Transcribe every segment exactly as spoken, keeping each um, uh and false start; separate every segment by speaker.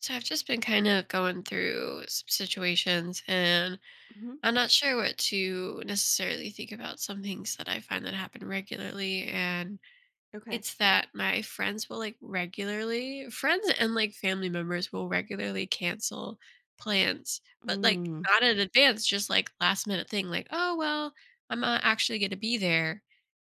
Speaker 1: So I've just been kind of going through some situations, and
Speaker 2: Mhm.
Speaker 1: I'm not sure what to necessarily think about some things that I find that happen regularly. And
Speaker 2: Okay.
Speaker 1: it's that my friends will, like, regularly — friends and like family members will regularly cancel plans, but like
Speaker 2: Mm.
Speaker 1: not in advance, just like last minute thing, like, oh well, I'm not actually going to be there,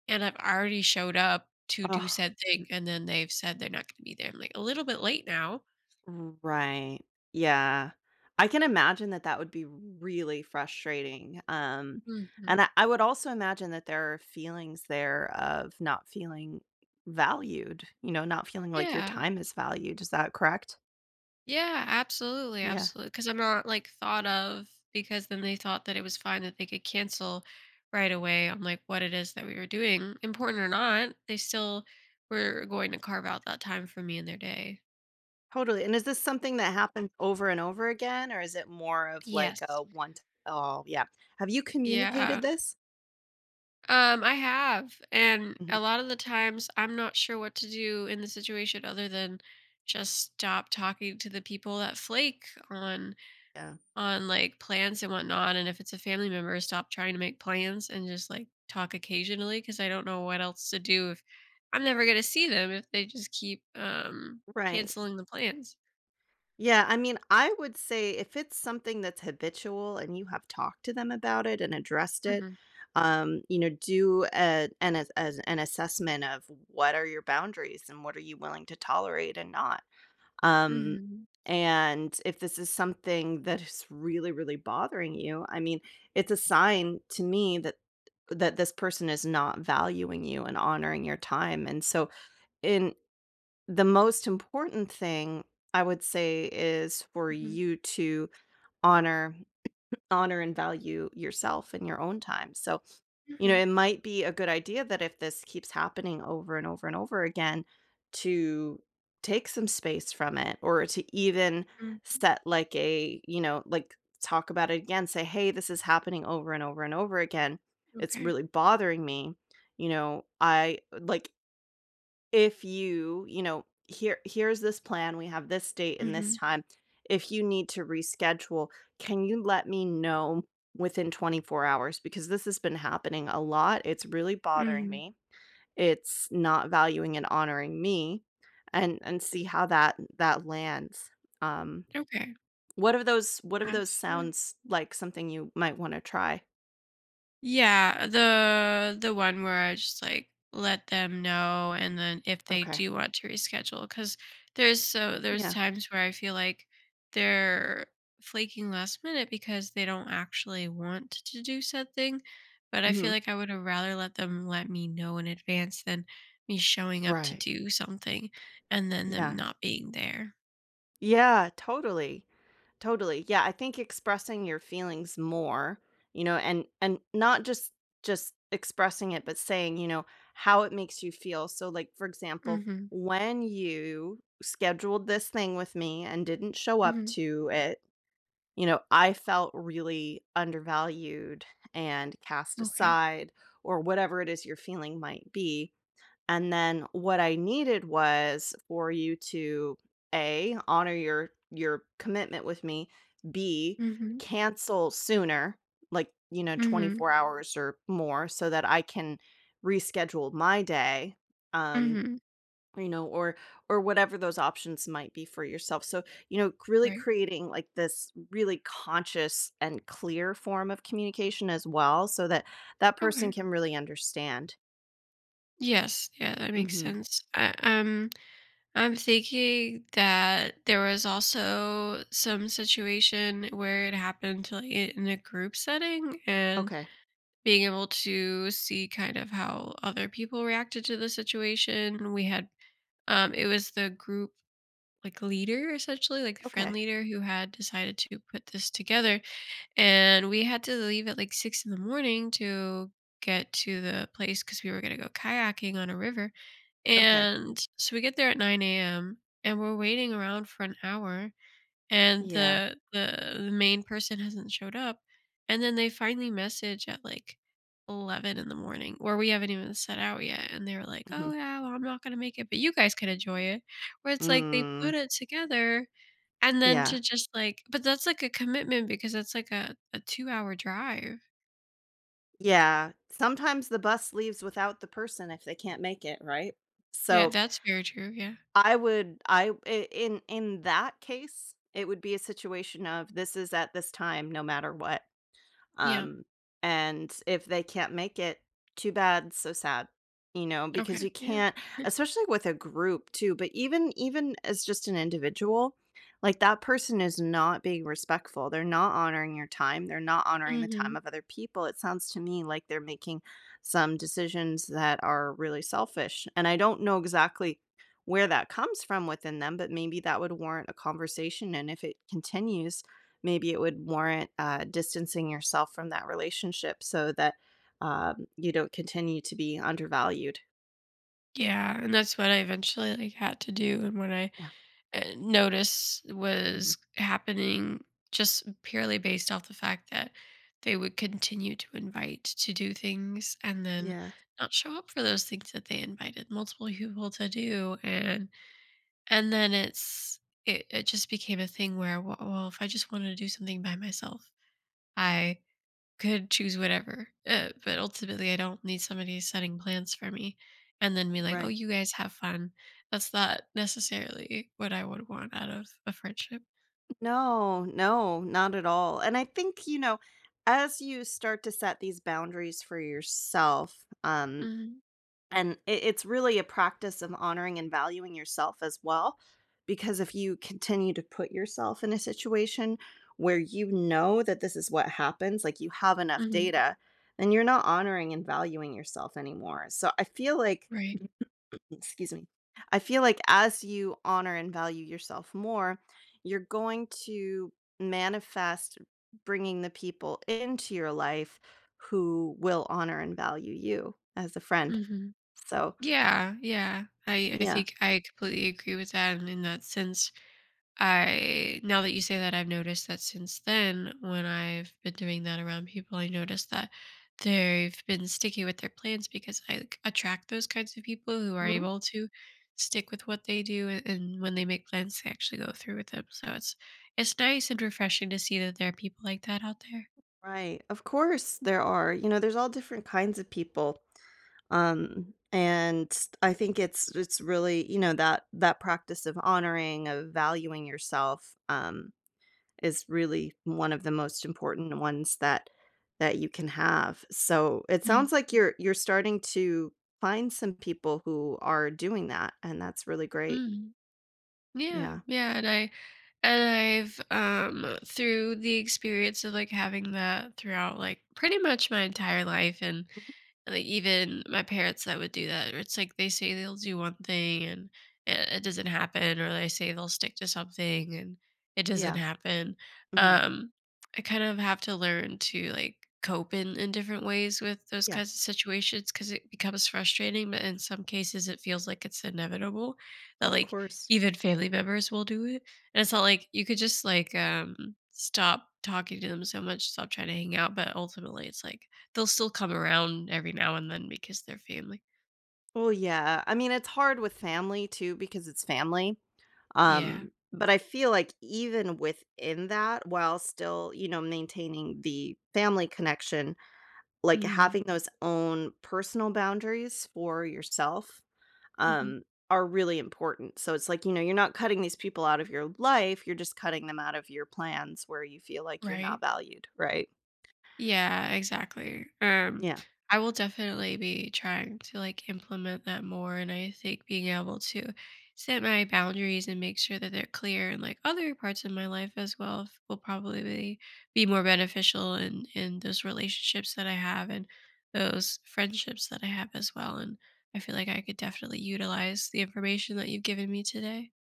Speaker 1: and I've already showed up to do
Speaker 2: Oh,
Speaker 1: said thing, and then they've said they're not going to be there. I'm like a little bit late now.
Speaker 2: right. Yeah. I can imagine that that would be really frustrating. Um, and
Speaker 1: Hmm.
Speaker 2: I, I would also imagine that there are feelings there of not feeling valued, you know, not feeling like your
Speaker 1: Yeah.
Speaker 2: time is valued. Is that correct?
Speaker 1: Yeah, absolutely,
Speaker 2: Yeah,
Speaker 1: absolutely. Because I'm not like thought of, because then they thought that it was fine that they could cancel right away on like what it is that we were doing, important or not. They still were going to carve out that time for me in their day.
Speaker 2: totally. And is this something that happens over and over again, or is it more of like a
Speaker 1: Yes.
Speaker 2: one? t- Oh, yeah. Have you communicated
Speaker 1: Yeah.
Speaker 2: this?
Speaker 1: Um, I have. And
Speaker 2: Mhm.
Speaker 1: a lot of the times I'm not sure what to do in the situation other than just stop talking to the people that flake on
Speaker 2: Yeah.
Speaker 1: on like plans and whatnot. And if it's a family member, stop trying to make plans and just like talk occasionally, because I don't know what else to do if I'm never going to see them if they just keep um,
Speaker 2: Right.
Speaker 1: canceling the plans.
Speaker 2: Yeah, I mean, I would say if it's something that's habitual and you have talked to them about it and addressed it,
Speaker 1: Hmm.
Speaker 2: um, you know, do a, an as as an assessment of what are your boundaries and what are you willing to tolerate and not. Um,
Speaker 1: Hmm.
Speaker 2: and if this is something that is really, really bothering you, I mean, it's a sign to me that that this person is not valuing you and honoring your time. And so, in the most important thing I would say is for
Speaker 1: Hmm.
Speaker 2: you to honor honor and value yourself in your own time. So, you know,
Speaker 1: Hmm.
Speaker 2: it might be a good idea that if this keeps happening over and over and over again to take some space from it or to even
Speaker 1: Hmm.
Speaker 2: set like a, you know, like talk about it again, say, "Hey, this is happening over and over and over again. It's
Speaker 1: Okay.
Speaker 2: really bothering me." You know, I like if you, you know, here here's this plan, we have this date and this
Speaker 1: Hmm.
Speaker 2: time. If you need to reschedule, can you let me know within twenty-four hours? Because this has been happening a lot. It's really bothering
Speaker 1: Hmm.
Speaker 2: me. It's not valuing and honoring me and and see how that that lands. Um
Speaker 1: Okay.
Speaker 2: what of those what of those
Speaker 1: Absolutely.
Speaker 2: sounds like something you might want to try?
Speaker 1: Yeah, the the one where I just like let them know, and then if they
Speaker 2: Okay.
Speaker 1: do want to reschedule, cuz there's so there's
Speaker 2: Yeah.
Speaker 1: times where I feel like they're flaking last minute because they don't actually want to do something, but I feel
Speaker 2: Mhm.
Speaker 1: like I would have rather let them let me know in advance than me showing up to
Speaker 2: Right.
Speaker 1: do something and then them
Speaker 2: Yeah.
Speaker 1: not being there.
Speaker 2: Yeah, totally. Totally. Yeah, I think expressing your feelings more, you know, and and not just just expressing it, but saying, you know, how it makes you feel. So like for example,
Speaker 1: Mhm.
Speaker 2: when you scheduled this thing with me and didn't show up
Speaker 1: Mhm.
Speaker 2: to it, you know, I felt really undervalued and cast
Speaker 1: Okay.
Speaker 2: aside or whatever it is your feeling might be. And then what I needed was for you to A, honor your your commitment with me, B,
Speaker 1: Mhm.
Speaker 2: cancel sooner, like, you know,
Speaker 1: Mhm.
Speaker 2: twenty-four hours or more so that I can reschedule my day. Um,
Speaker 1: Mhm.
Speaker 2: you know, or or whatever those options might be for yourself. So, you know, really
Speaker 1: Right.
Speaker 2: creating like this really conscious and clear form of communication as well so that that person
Speaker 1: Okay.
Speaker 2: can really understand.
Speaker 1: Yes, yeah, that makes
Speaker 2: Mhm.
Speaker 1: sense. I, um, I'm thinking that there was also some situation where it happened to like i- in a group setting, and
Speaker 2: Okay.
Speaker 1: being able to see kind of how other people reacted to the situation. We had um It was the group, like, leader, essentially, like the friend
Speaker 2: Okay.
Speaker 1: leader who had decided to put this together, and we had to leave at like six in the morning to get to the place because we were gonna go kayaking on a river,
Speaker 2: Okay.
Speaker 1: and so we get there at nine a m and we're waiting around for an hour, and
Speaker 2: Yeah.
Speaker 1: the the the main person hasn't showed up. And then they finally message at like eleven in the morning, where we haven't even set out yet. And they're like, oh,
Speaker 2: Mhm.
Speaker 1: yeah, well, I'm not going to make it, but you guys can enjoy it. Where it's like they
Speaker 2: Mm.
Speaker 1: put it together, and then
Speaker 2: Yeah.
Speaker 1: to just like, but that's like a commitment because that's like a, a two hour drive.
Speaker 2: Yeah. Sometimes the bus leaves without the person if they can't make it, right?
Speaker 1: Yeah,
Speaker 2: So,
Speaker 1: that's very true. Yeah.
Speaker 2: I would I I in in that case, it would be a situation of this is at this time no matter what.
Speaker 1: Yeah.
Speaker 2: Um, and if they can't make it, too bad, so sad, you know, because
Speaker 1: Okay.
Speaker 2: you
Speaker 1: Yeah.
Speaker 2: can't, especially with a group too, but even even as just an individual, like that person is not being respectful. They're not honoring your time. They're not honoring the time
Speaker 1: Hmm.
Speaker 2: of other people. It sounds to me like they're making some decisions that are really selfish. And I don't know exactly where that comes from within them, but maybe that would warrant a conversation. And if it continues, maybe it would warrant uh, distancing yourself from that relationship so that um, you don't continue to be undervalued.
Speaker 1: Yeah, and that's what I eventually, like, had to do, and what I,
Speaker 2: Yeah.
Speaker 1: uh, noticed
Speaker 2: Mhm.
Speaker 1: was happening, just purely based off the fact that they would continue to invite to do things and then
Speaker 2: Yeah,
Speaker 1: not show up for those things that they invited multiple people to do, and and then it's it it just became a thing where, "Well well, if I just wanted to do something by myself, I" could choose whatever, uh, but ultimately, I don't need somebody setting plans for me and then be like, "Oh,
Speaker 2: right.
Speaker 1: you guys have fun." That's not necessarily what I would want out of a friendship.
Speaker 2: No, no, not at all. And I think, you know, as you start to set these boundaries for yourself, um,
Speaker 1: Mhm,
Speaker 2: and it it's really a practice of honoring and valuing yourself as well, because if you continue to put yourself in a situation where you know that this is what happens, like, you have enough
Speaker 1: mhm,
Speaker 2: data, then you're not honoring and valuing yourself anymore. So I feel like
Speaker 1: right,
Speaker 2: excuse me. I feel like as you honor and value yourself more, you're going to manifest bringing the people into your life who will honor and value you as a friend.
Speaker 1: mhm.
Speaker 2: So
Speaker 1: Yeah, yeah, I I
Speaker 2: yeah.
Speaker 1: think I completely agree with that and in that sense. I now that you say that, I've noticed that since then, when I've been doing that around people, I noticed that they've been sticky with their plans because I, like, attract those kinds of people who are
Speaker 2: Mhm.
Speaker 1: able to stick with what they do, and, and when they make plans, they actually go through with them. So it's it's nice and refreshing to see that there are people like that out there.
Speaker 2: Right. Of course there are. You know, there's all different kinds of people. Um, and I think it's it's really, you know, that that practice of honoring, of valuing yourself, um, is really one of the most important ones that that you can have. So it
Speaker 1: Mm,
Speaker 2: sounds like you're you're starting to find some people who are doing that, and that's really great.
Speaker 1: mm. Yeah,
Speaker 2: Yeah.
Speaker 1: yeah, and I and I've um through the experience of like having that throughout like pretty much my entire life and And, like even my parents that would do that, or it's like they say they'll do one thing and it, it doesn't happen, or they say they'll stick to something and it doesn't
Speaker 2: Yeah.
Speaker 1: happen.
Speaker 2: Mhm.
Speaker 1: um I kind of have to learn to like cope in in different ways with those
Speaker 2: Yeah.
Speaker 1: kinds of situations because it becomes frustrating, but in some cases it feels like it's inevitable that,
Speaker 2: Of
Speaker 1: like,
Speaker 2: course.
Speaker 1: even family members will do it. And it's not like you could just like um stop talking to them so much, stop trying to hang out, but ultimately it's like they'll still come around every now and then because they're family.
Speaker 2: Oh yeah. I mean, it's hard with family too because it's family.
Speaker 1: Yeah.
Speaker 2: Um, but I feel like even within that, while still, you know, maintaining the family connection, like
Speaker 1: Mhm.
Speaker 2: having those own personal boundaries for yourself,
Speaker 1: Mhm.
Speaker 2: um, are really important. So it's like, you know, you're not cutting these people out of your life, you're just cutting them out of your plans where you feel like you're
Speaker 1: Right.
Speaker 2: not valued, right?
Speaker 1: Yeah, exactly. Um,
Speaker 2: Yeah.
Speaker 1: I will definitely be trying to like implement that more. And I think being able to set my boundaries and make sure that they're clear in like other parts of my life as well f- will probably be, be more beneficial in, in those relationships that I have and those friendships that I have as well. And I feel like I could definitely utilize the information that you've given me today.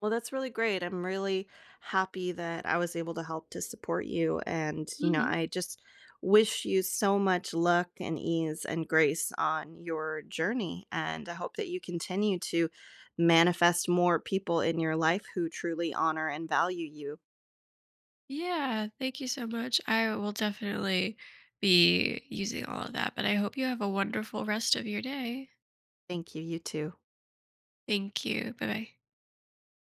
Speaker 2: Well, that's really great. I'm really happy that I was able to help to support you. And, you know,
Speaker 1: Mhm.
Speaker 2: I just wish you so much luck and ease and grace on your journey. And I hope that you continue to manifest more people in your life who truly honor and value you.
Speaker 1: Yeah, thank you so much. I will definitely be using all of that, but I hope you have a wonderful rest of your day.
Speaker 2: Thank you. You too.
Speaker 1: Thank you. Bye bye.